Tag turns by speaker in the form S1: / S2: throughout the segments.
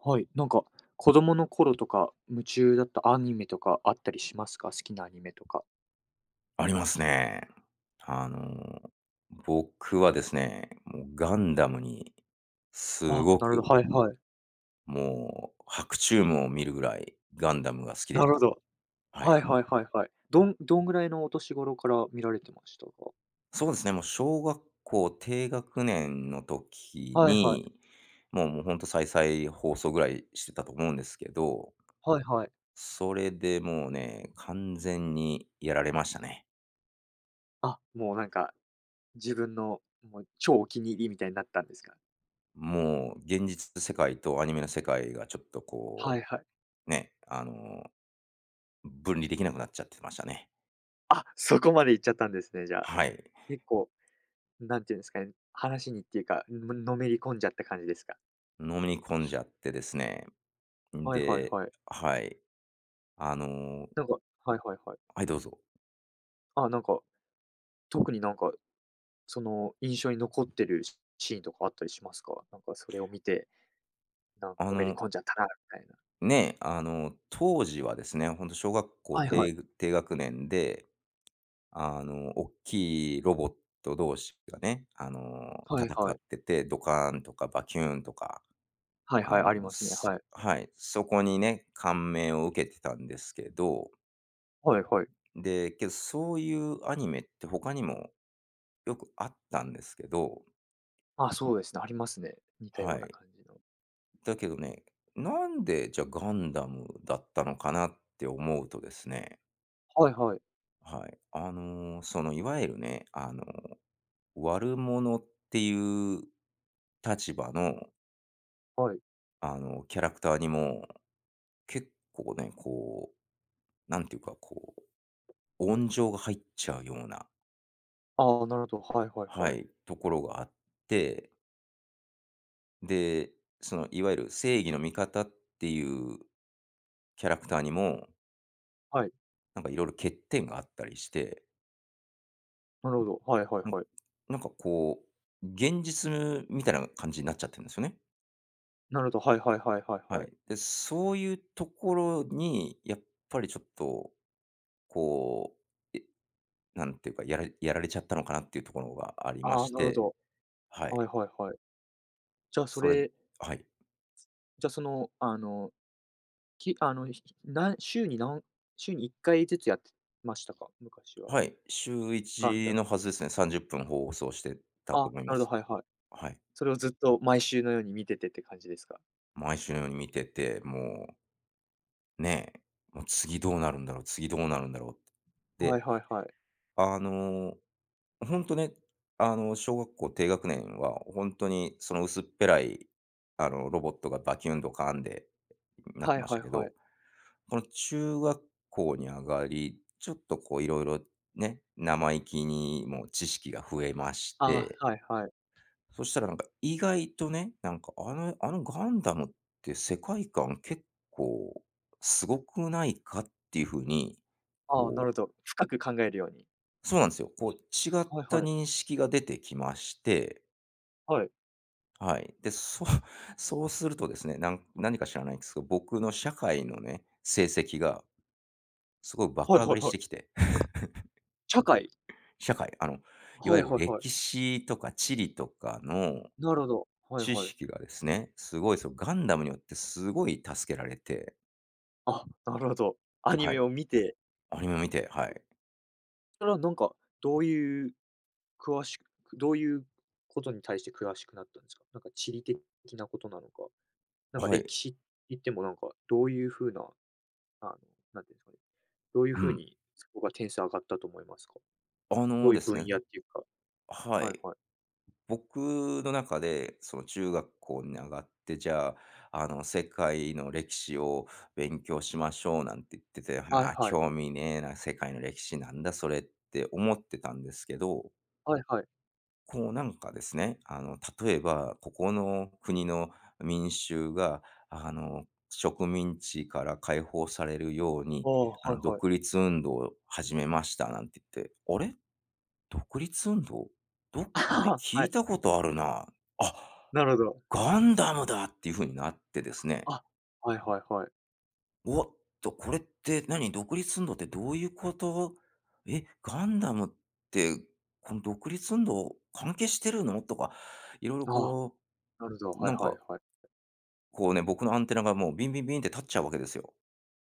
S1: はい、なんか、子供の頃とか、夢中だったアニメとかあったりしますか？好きなアニメとか。
S2: ありますね。あの、僕はですね、もうガンダムにす
S1: あ、
S2: ご
S1: なるほ
S2: く、
S1: ど、はいはい。
S2: もう白昼夢を見るぐらいガンダムが好きで
S1: な
S2: し
S1: るほ
S2: た。
S1: ど。
S2: はい。
S1: はいはいはいはい。どんどんぐらいのお年頃から見られてましたか？
S2: そうですね、もう小学校低学年の時
S1: はいはい。
S2: に、もうほんと再々放送ぐらいしてたと思うんですけど、
S1: はいはい。
S2: それでもうね、完全にやられましたね。
S1: あ、もうなんか、自分のもう超お気に入りみたいになったんですか？
S2: もう現実世界とアニメの世界がちょっと
S1: は
S2: こ
S1: いはい。
S2: う、ね、分離できなくなっちゃってましたね。
S1: あ、そこまで行っちゃったんですね、じゃあ。
S2: はい。
S1: 結構、なんていうんですかね、話にっていうか、のめり込んじゃった感じですか？
S2: 飲み込んじゃってですね。
S1: はいはい
S2: で、
S1: はい。
S2: はい。あの
S1: なんかはいはいはい。
S2: はい、どうぞ。
S1: あ、なんか、特になんか印象に残ってるシーンとかあったりしますか？なんかそれを見て、なんか
S2: あ
S1: のめり
S2: の、
S1: 込んじゃったなみたいな。
S2: 当時はですね、ほんと小学校
S1: はいはい。
S2: 低学年で、大きいロボット同士がね、
S1: はい
S2: 戦
S1: は
S2: っ
S1: い。
S2: てて、ドカーンとかバキューンとか、
S1: はい
S2: あ
S1: は
S2: の、
S1: い、ありますね。はい。
S2: はい、そこにね、感銘を受けてたんですけど、
S1: はいはい。
S2: で、けどそういうアニメって他にもよくあったんですけど、
S1: あ、そうですね、ありますね。似た
S2: は
S1: ような
S2: い。
S1: 感じの。
S2: だけどね、なんでじゃあガンダムだったのかなって思うとですね、
S1: はいはい。
S2: はい。そのいわゆるね、悪者っていう立場の、
S1: はい。
S2: キャラクターにも結構ね、こう、なんていうか、こう、温情が入っちゃうような、
S1: ああ、なるほど。はいはい
S2: は
S1: はい。
S2: い、ところがあって、で、そのいわゆる正義の味方っていうキャラクターにも、
S1: はい。
S2: なんかいろいろ欠点があったりして、
S1: なるほど。はいはい
S2: なん
S1: はい。
S2: なんかこう、現実みたいな感じになっちゃってるんですよね。
S1: なるほど、はいはいはいはい
S2: は
S1: はい。
S2: い。で、そういうところに、やっぱりちょっと、こう、え、なんていうか、やられちゃったのかなっていうところがありま
S1: ああ、
S2: し
S1: なるほ
S2: て、
S1: ど。
S2: はい。
S1: はいはいはい。じゃあそ
S2: それ
S1: れ、
S2: はい。
S1: じゃあその、あの、きあの、ひなん週に何週に1回ずつやってましたか？昔は。
S2: はい、週
S1: ガンダ
S2: 1
S1: ム
S2: のはずですね。30分放送してたと
S1: あ、
S2: 思いま
S1: なるほど、
S2: す。
S1: はいはい。
S2: はい。
S1: それをずっと毎週のように見ててって感じですか？
S2: 毎週のように見てて、もう、ねえ、もう次どうなるんだろう次どうなるんだろうって。
S1: はい
S2: で
S1: はいはい。
S2: あの、本当ね、小学校低学年は本当にその薄っぺらい、ロボットがバキュンドカーンでなって
S1: はい
S2: まし
S1: は
S2: た
S1: い
S2: け
S1: は
S2: ど、
S1: い。
S2: この中学校に上がり、ちょっとこういろいろね、生意気にも知識が増えまし
S1: あ
S2: て、
S1: あ、はいはい。
S2: そしたらなんか意外とね、なんかガンダムって世界観結構すごくないかっていう風に、
S1: ああ、な
S2: こ
S1: るほ
S2: う
S1: ど。深く考えるように。
S2: そうなんですよ。こう、違っ
S1: はい
S2: た
S1: はい。
S2: 認識が出てきまして、
S1: はい。
S2: はい。で、そう、そうするとですね、何か知らないんですけど、僕の社会のね、成績がすごい
S1: は
S2: 爆
S1: い
S2: 上が
S1: は
S2: り
S1: い
S2: し
S1: は
S2: てき
S1: い。
S2: て、
S1: 社会。
S2: 社会、いわ
S1: はい
S2: ゆる
S1: はいはい。
S2: 歴史とか地理とかの
S1: なるほど。はい
S2: 知
S1: はい。
S2: 識がですね、すごい、そう、ガンダムによってすごい助けられて、
S1: あ、なるほど。アニ
S2: はい。
S1: メを見て、
S2: アニメ見て、はい。
S1: それはなんか、どういう詳しくどういうことに対して詳しくなったんですか？なんか地理的なことなのか、なんか
S2: はい。
S1: 歴史って言ってもなんか、どういう風な、あの、なんていうんですかね、どういう
S2: う
S1: 風
S2: ん。
S1: にそこが点数上がったと思いますか？
S2: あ
S1: ど
S2: の
S1: うい
S2: で
S1: う
S2: す
S1: 分
S2: ね
S1: 野っていうか。
S2: は
S1: はい
S2: い。
S1: はい。
S2: 僕の中で、その中学校に上がって、じゃあ、世界の歴史を勉強しましょうなんて言ってて、
S1: はい
S2: ああ、
S1: はい。
S2: 興味ねえな、世界の歴史なんだそれって思ってたんですけど、
S1: はいはい。
S2: こうなんかですね、例えば、ここの国の民衆が、植民地から解放されるように、
S1: ああ、はいはい。
S2: 独立運動を始めましたなんて言って、あれ独立運動どっか で
S1: あ
S2: 聞
S1: あは
S2: い
S1: い。
S2: たことあるな。あ
S1: なるほど。
S2: ガンダムだっていう風になってですね、
S1: あ、はいはいはい。
S2: おっと、これって何、独立運動ってどういうこと？え、ガンダムって、この独立運動関係してるの？とか、色々
S1: ああ、
S2: こ
S1: なるほど、
S2: う、
S1: は
S2: な
S1: い
S2: ん
S1: はい
S2: か、
S1: はい。
S2: こうね、僕のアンテナがもうビンビンビンって立っちゃうわけですよ。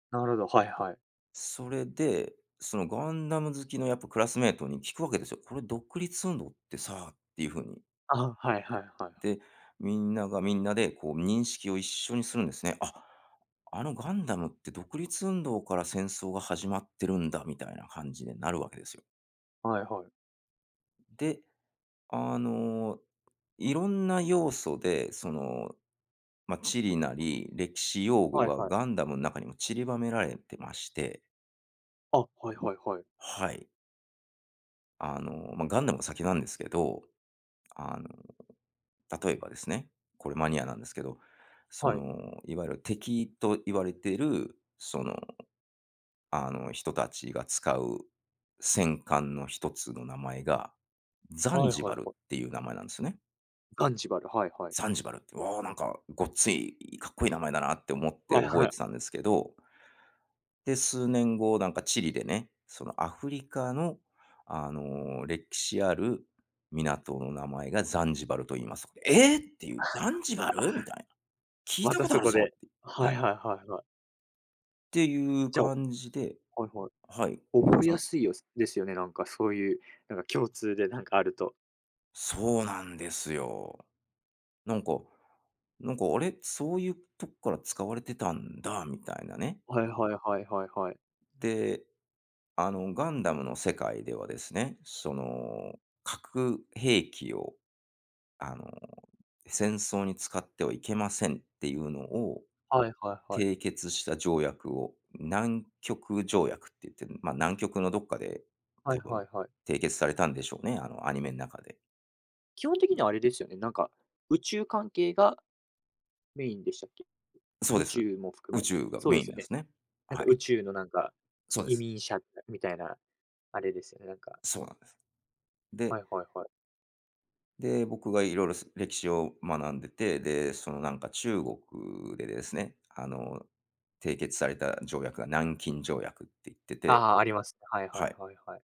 S1: なるほど、はいはい。
S2: それで、そのガンダム好きのやっぱクラスメイトに聞くわけですよ。これ独立運動ってさっていう風に。
S1: ああ、はいはいはいはい。
S2: で、みんながみんなでこう認識を一緒にするんですね。あ、あのガンダムって独立運動から戦争が始まってるんだみたいな感じになるわけですよ。
S1: はいはい。
S2: で、あの、いろんな要素で、その、まあ、地理なり歴史用語
S1: はい
S2: が
S1: は
S2: ガ
S1: い。
S2: ンダムの中にも散りばめられてまして、
S1: あ、はいはいはい。
S2: はい。まあ、ガンダムが先なんですけど、あの、例えばですね、これマニアなんですけど、そ
S1: はい。
S2: の、いわゆる敵と言われている、その人たちが使う戦艦の一つの名前が、ザン
S1: はい
S2: ジ
S1: は
S2: バ
S1: い
S2: ル
S1: はい。
S2: っていう名前なんですよね。
S1: ザンジバル、はいはい。
S2: ザンジバルって、わあ、なんかごっつい、かっこいい名前だなって思って
S1: はい
S2: 覚え
S1: はい。
S2: てたんですけど、で、数年後、なんかチリでね、そのアフリカの、歴史ある港の名前がザンジバルと言いますと。えーっていう、ザンジバルみたいな。聞い
S1: ま
S2: た
S1: た
S2: こと
S1: そ
S2: ある
S1: こ
S2: ぞ
S1: で。
S2: って。
S1: は
S2: は
S1: い
S2: い。っ
S1: はいはいはい。
S2: ていう
S1: じゃあ
S2: 感じで、
S1: はいはい。
S2: はい。
S1: 覚えや
S2: そ
S1: すいよですよね、なんかそういう、なんか共通でなんかあると。
S2: そうなんですよ。なんかなんか、あれ、そういうとこから使われてたんだみたいなね。
S1: はいはいはいはいはい。
S2: で、ガンダムの世界ではですね、その、核兵器を、あの、戦争に使ってはいけませんっていうのを
S1: はいはいはい。
S2: 締結した条約を、南極条約って言って、南極のどっかで
S1: はい
S2: 多分
S1: はいはい。
S2: 締結されたんでしょうね、アニメの中で。
S1: 基本的にはあれですよね、なんか、宇宙関係がメインでしたっけ？
S2: そう
S1: 宇
S2: です。
S1: 宙も含
S2: 宇
S1: め。
S2: 宙が
S1: そう
S2: メ
S1: で
S2: イ
S1: す
S2: ン
S1: よ
S2: なんで
S1: ね。
S2: すね。
S1: なん
S2: は
S1: か
S2: い、
S1: 宇宙のなんか、
S2: そうで
S1: 移
S2: す。
S1: 民者みたいな、あれですよね、なんか。
S2: そうなんです。で
S1: はいはいはい。
S2: 僕がいろいろ歴史を学んでて、で、そのなんか中国でですね、締結された条約が南京条約って言ってて、
S1: ああ、ありますね。はいは
S2: は
S1: い
S2: い。
S1: はいはい。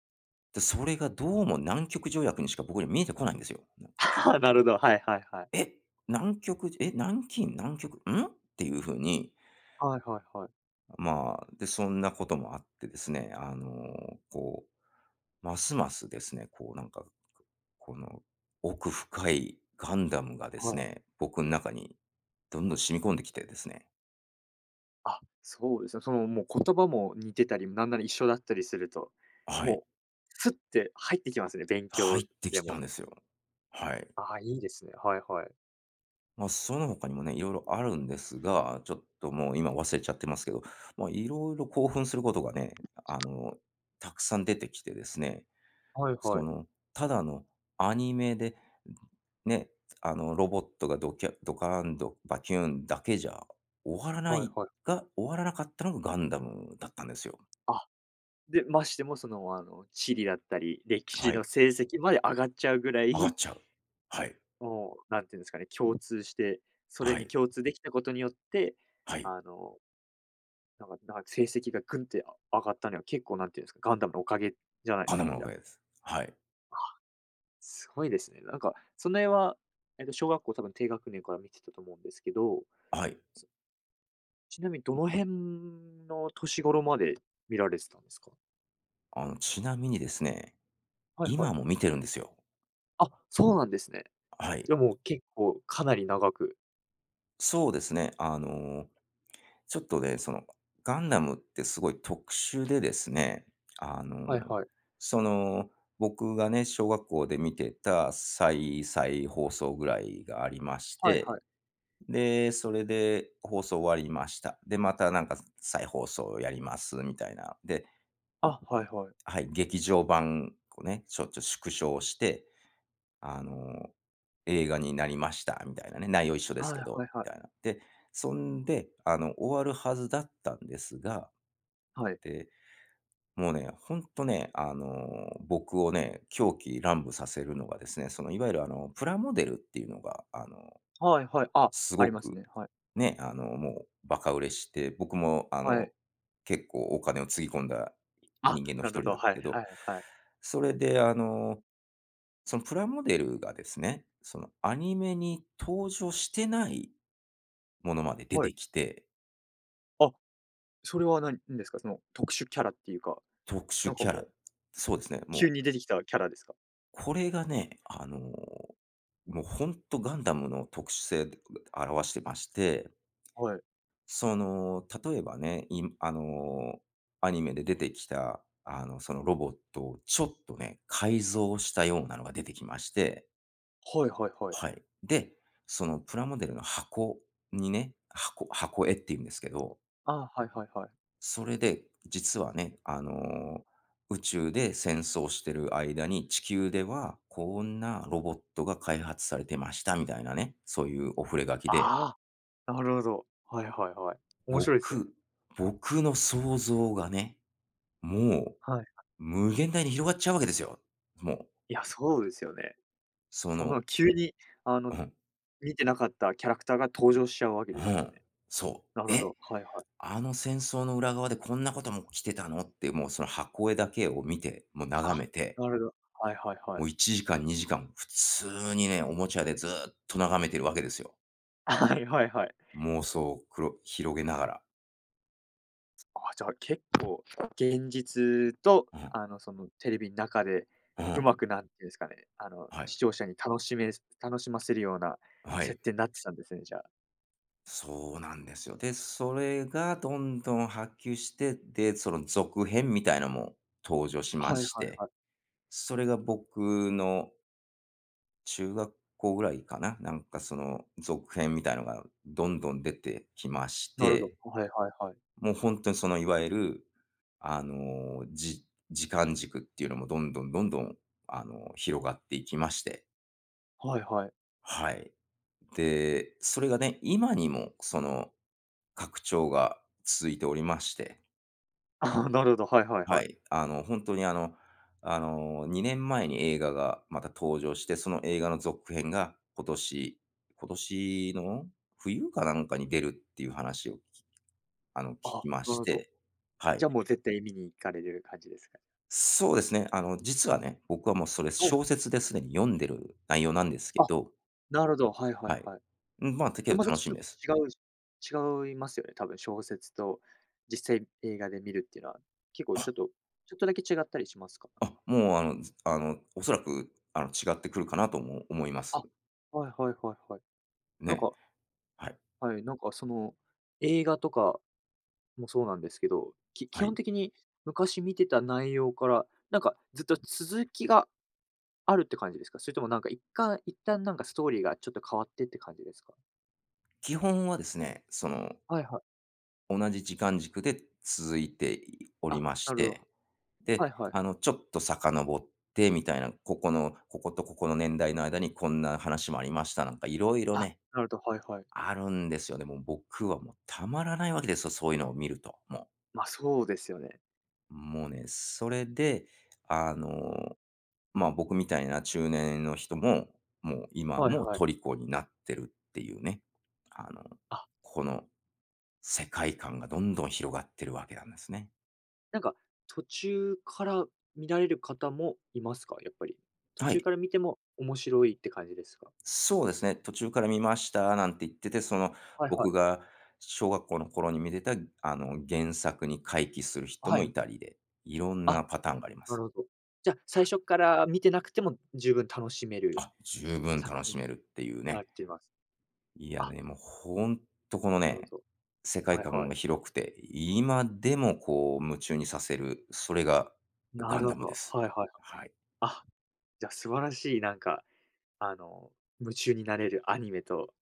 S2: で、それがどうも南極条約にしか僕には見えてこないんですよ。なんか
S1: なるほど、はいはいはい。
S2: え、南極、え、南京、南極、んっていうふうに、
S1: はいはいはい。
S2: まあ、で、そんなこともあってですね、こう、ますますですね、こうなんか、この奥深いガンダムがで
S1: は
S2: す
S1: い。
S2: ね、僕の中にどんどん染み込んできてですね。
S1: あ、そうですね。その、もう言葉も似てたり、なんなら一緒だったりすると、
S2: はい。
S1: もう、スッて入ってきますね、勉
S2: 入
S1: 強
S2: って
S1: で
S2: きた
S1: も。
S2: んですよ。はい。
S1: ああ、いいですね。はいはい。
S2: その他にもね、色々あるんですが、ちょっともう今忘れちゃってますけど、まあ、色々興奮することがね、あの、たくさん出てきてですね。
S1: はいは
S2: そ
S1: い。
S2: の、ただのアニメで、ね、ロボットがドキャドカーンドバキューンだけじゃ終わらな
S1: はい
S2: い
S1: はい。
S2: 終わらなかったのがガンダムだったんですよ。
S1: あで、ましてもその、あの、地理だったり、歴史
S2: は
S1: の
S2: い。
S1: 成績まで上がっちゃうぐら
S2: 上がっ
S1: い、
S2: ちゃう。はい。
S1: もう、なんていうんですかね、共通して、それ
S2: は
S1: に
S2: い。
S1: 共通できたことによって、
S2: はい。
S1: あの、なんか成績がぐんって上がったのは結構なんていうんですか、ガンダムのおかげじゃないで
S2: ガン
S1: す
S2: ダム
S1: か、
S2: のお
S1: じゃ
S2: かげで
S1: あ。
S2: す。はい。
S1: すごいですね。なんか、その辺は、小学校多分低学年から見てたと思うんですけど、
S2: はい。
S1: そちなみにどの辺の年頃まで見られてたんですか？
S2: ちなみにですね、
S1: はいはい。
S2: 今も見てるんですよ。
S1: あ、そうなんですね。
S2: はい。
S1: じゃあもう結構かなり長く
S2: そうですね。ちょっとね、その、ガンダムってすごい特殊でですね、あの、
S1: はいはい。
S2: その、僕がね、小学校で見てた再再放送ぐらいがありまし
S1: はい
S2: て、
S1: はい。
S2: で、それで放送終わりました。で、またなんか再放送やりますみたいな。で、
S1: あ、はいはい。
S2: はい、劇場版をね、ちょっと縮小して、あの、映画になりましたみたいなね、内容一緒で
S1: は
S2: す
S1: い
S2: けど、
S1: はいはい。
S2: みたいな。で、そんで、あの、終わるはずだったんですが、
S1: はい。
S2: で、もうね、ほんとね、僕をね、狂喜乱舞させるのがですね、その、いわゆる、プラモデルっていうのが、
S1: はいはい。あ、
S2: す
S1: あり
S2: ご
S1: ます
S2: く、
S1: ね。はい。
S2: ね、もうバカ売れして、僕も、
S1: はい。
S2: 結構お金をつぎ込んだ
S1: あ、
S2: 人間の
S1: な
S2: 一
S1: る
S2: 人
S1: ほど。
S2: なんす
S1: はい
S2: けど、
S1: はいはい。
S2: それで、あの、そのプラモデルがですね、その、アニメに登場してないものまで出
S1: は
S2: て
S1: い。
S2: きて、
S1: あ、それは何ですか？その特殊キャラっていうか、
S2: 特
S1: な
S2: 殊
S1: んか
S2: キャ
S1: も
S2: ラ、
S1: う、
S2: そうですね、
S1: 急
S2: も
S1: に
S2: う
S1: 出てきたキャラですか？
S2: これがね、もうほんとガンダムの特殊性を表してまして、
S1: はい。
S2: その、例えばね、いあの、アニメで出てきた、あの、そのロボットをちょっとね、改造したようなのが出てきまして、
S1: はいはいはい。
S2: はい。で、そのプラモデルの箱にね、箱絵っていうんですけど、
S1: あ、はいはいはい。
S2: それで、実はね、あの、宇宙で戦争してる間に、地球ではこんなロボットが開発されてましたみたいなね、そういうお触れ書きで、
S1: ああ、なるほど。はいはいはい。面白いですね。
S2: 僕僕の想像がね、もう
S1: はい。
S2: 無限大に広がっちゃうわけですよ。もう、
S1: いや、そうですよね。
S2: そ
S1: そん
S2: の、
S1: な急に、あの、
S2: うん、
S1: 見てなかったキャラクターが登場しちゃうわけ
S2: う
S1: ですもん
S2: ん、
S1: ね。
S2: そ
S1: なる
S2: う。
S1: ほど。はいはい。
S2: あの戦争の裏側でこんなことも来てたのって、もうその箱絵だけを見て、もう
S1: あ、
S2: 眺めて、
S1: なるほど。はいはいは
S2: もう
S1: い。
S2: 1時間、2時間、普通にね、おもちゃでずーっと眺めてるわけですよ。
S1: はいはいはい。
S2: 妄想を広げながら。
S1: あ、じゃあ結構現実と、
S2: うん、
S1: あの、そのテレビの中で
S2: う
S1: う
S2: ん、
S1: まくなんていうんですかね、あの、
S2: はい、
S1: 視聴者に楽しませるような
S2: はい。
S1: 設定になってたんですね、じゃあ。
S2: そうなんですよ。で、それがどんどん波及して、で、その続編みたいなのも登場し
S1: は
S2: ま
S1: いはい
S2: して、
S1: はい。
S2: それが僕の中学校ぐらいかな、なんかその続編みたいのがどんどん出てきまし
S1: なるほ
S2: て、
S1: ど。はいはいはい。
S2: もう本当にそのいわゆる、あの、時間軸っていうのもどんどんどんどん、あの、広がっていきまして。
S1: はいはい。
S2: はい。で、それがね、今にもその拡張が続いておりまして。
S1: ああ、なるほど、はいはい
S2: は
S1: はい。
S2: い。あの、本当に、2年前に映画がまた登場して、その映画の続編が今年、今年の冬かなんかに出るっていう話をあの、聞
S1: あ、
S2: きま
S1: な
S2: し
S1: るほど。
S2: て。はい。
S1: じゃあもう絶対見に行かれる感じですかね？
S2: そうですね。あの、実はね、僕はもうそれ
S1: はいは
S2: 小
S1: い。
S2: 説ですでに読んでる内容なんですけ
S1: あ、
S2: ど、
S1: なるほど、はいはい
S2: はい。
S1: はい。
S2: まあ、だけ
S1: で、
S2: ど
S1: また
S2: 楽
S1: ちょ
S2: し
S1: ち
S2: み
S1: ょ
S2: です。
S1: っと違う違いますよね、多分小説と実際映画で見るっていうのは、結構ちょっとだけ違ったりしますか？
S2: あ、もうあの、ずあの、おそらく、あの、違ってくるかなとも思いま
S1: あ、
S2: す。
S1: はいはいはいはい。なん
S2: ね。
S1: か、
S2: はい。
S1: はい、なんかその、映画とかもそうなんですけど、基
S2: は
S1: 本
S2: い。
S1: 的に昔見てた内容から、なんかずっと続きがあるって感じですか？それともなんか一旦なんかストーリーがちょっと変わってって感じですか？
S2: 基本はですね、その、
S1: はいはい。
S2: 同じ時間軸で続いており
S1: あ、
S2: まし
S1: なるほ
S2: て、
S1: ど。は
S2: で、
S1: いはい。
S2: あの、ちょっと遡ってみたいな、ここの、こことここの年代の間にこんな話もありましたなんか、いろいろ
S1: あ、
S2: ね、
S1: なるほど、はいはい。
S2: あるんですよね。もう僕はもうたまらないわけですよ、そういうのを見ると。も
S1: ま、そうですよね。
S2: う、もうね、それで、あの、まあ僕みたいな中年の人も、もう今
S1: はい
S2: も
S1: はい。
S2: 虜になってるっていうね、あの、
S1: あ
S2: この世界観がどんどん広がってるわけなんですね。
S1: なんか、途中から見られる方もいますか？やっぱり。途
S2: は
S1: 中
S2: い。
S1: から見ても面白いって感じですか？
S2: そうですね。途中から見ましたなんて言ってて、その
S1: はいは
S2: 僕
S1: い。
S2: が小学校の頃に見てたあの原作に回帰する人
S1: は
S2: も
S1: い。
S2: いたりで、いろん
S1: あ、
S2: なパターンがありま
S1: な
S2: す。
S1: るほど。じゃあ、最初から見てなくても十分楽しめる
S2: あ、十分
S1: 作
S2: 楽
S1: 品
S2: し
S1: に
S2: めるっていう
S1: なっ
S2: ね。
S1: ています。
S2: いや
S1: あ、
S2: ね、もうほんとこの
S1: なる
S2: ね、
S1: ほど。
S2: 世界
S1: はい
S2: 観
S1: はい。
S2: が広くて、今でもこう夢中にさせる、それが
S1: な
S2: ガン
S1: るほ
S2: ダムで
S1: ど。
S2: す。
S1: はいはい。
S2: はい。
S1: あ、じゃ、素晴らしいなんか、あの、夢中になれるアニメと、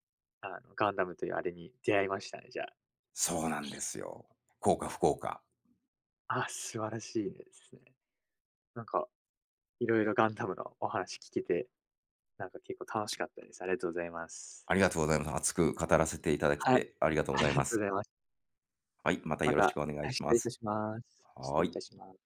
S1: あの、ガンダムというあれに出会いましたね、じゃあ。
S2: そうなんですよ。幸か不幸か。
S1: あ、素晴らしいですね。なんか、いろいろガンダムのお話聞けてなんか結構楽しかったです。ありがとうございます。
S2: ありがとうございます。熱く語らせていただき
S1: はい、
S2: てありがとうご
S1: あ
S2: ざ
S1: り
S2: い
S1: がと
S2: ま
S1: う
S2: す。
S1: ございます。
S2: はい、また
S1: ま
S2: よろ
S1: た
S2: しくお願い
S1: はい、
S2: し
S1: 失
S2: ま
S1: 礼いた
S2: す。
S1: します。失
S2: は
S1: 礼い
S2: い。
S1: たします。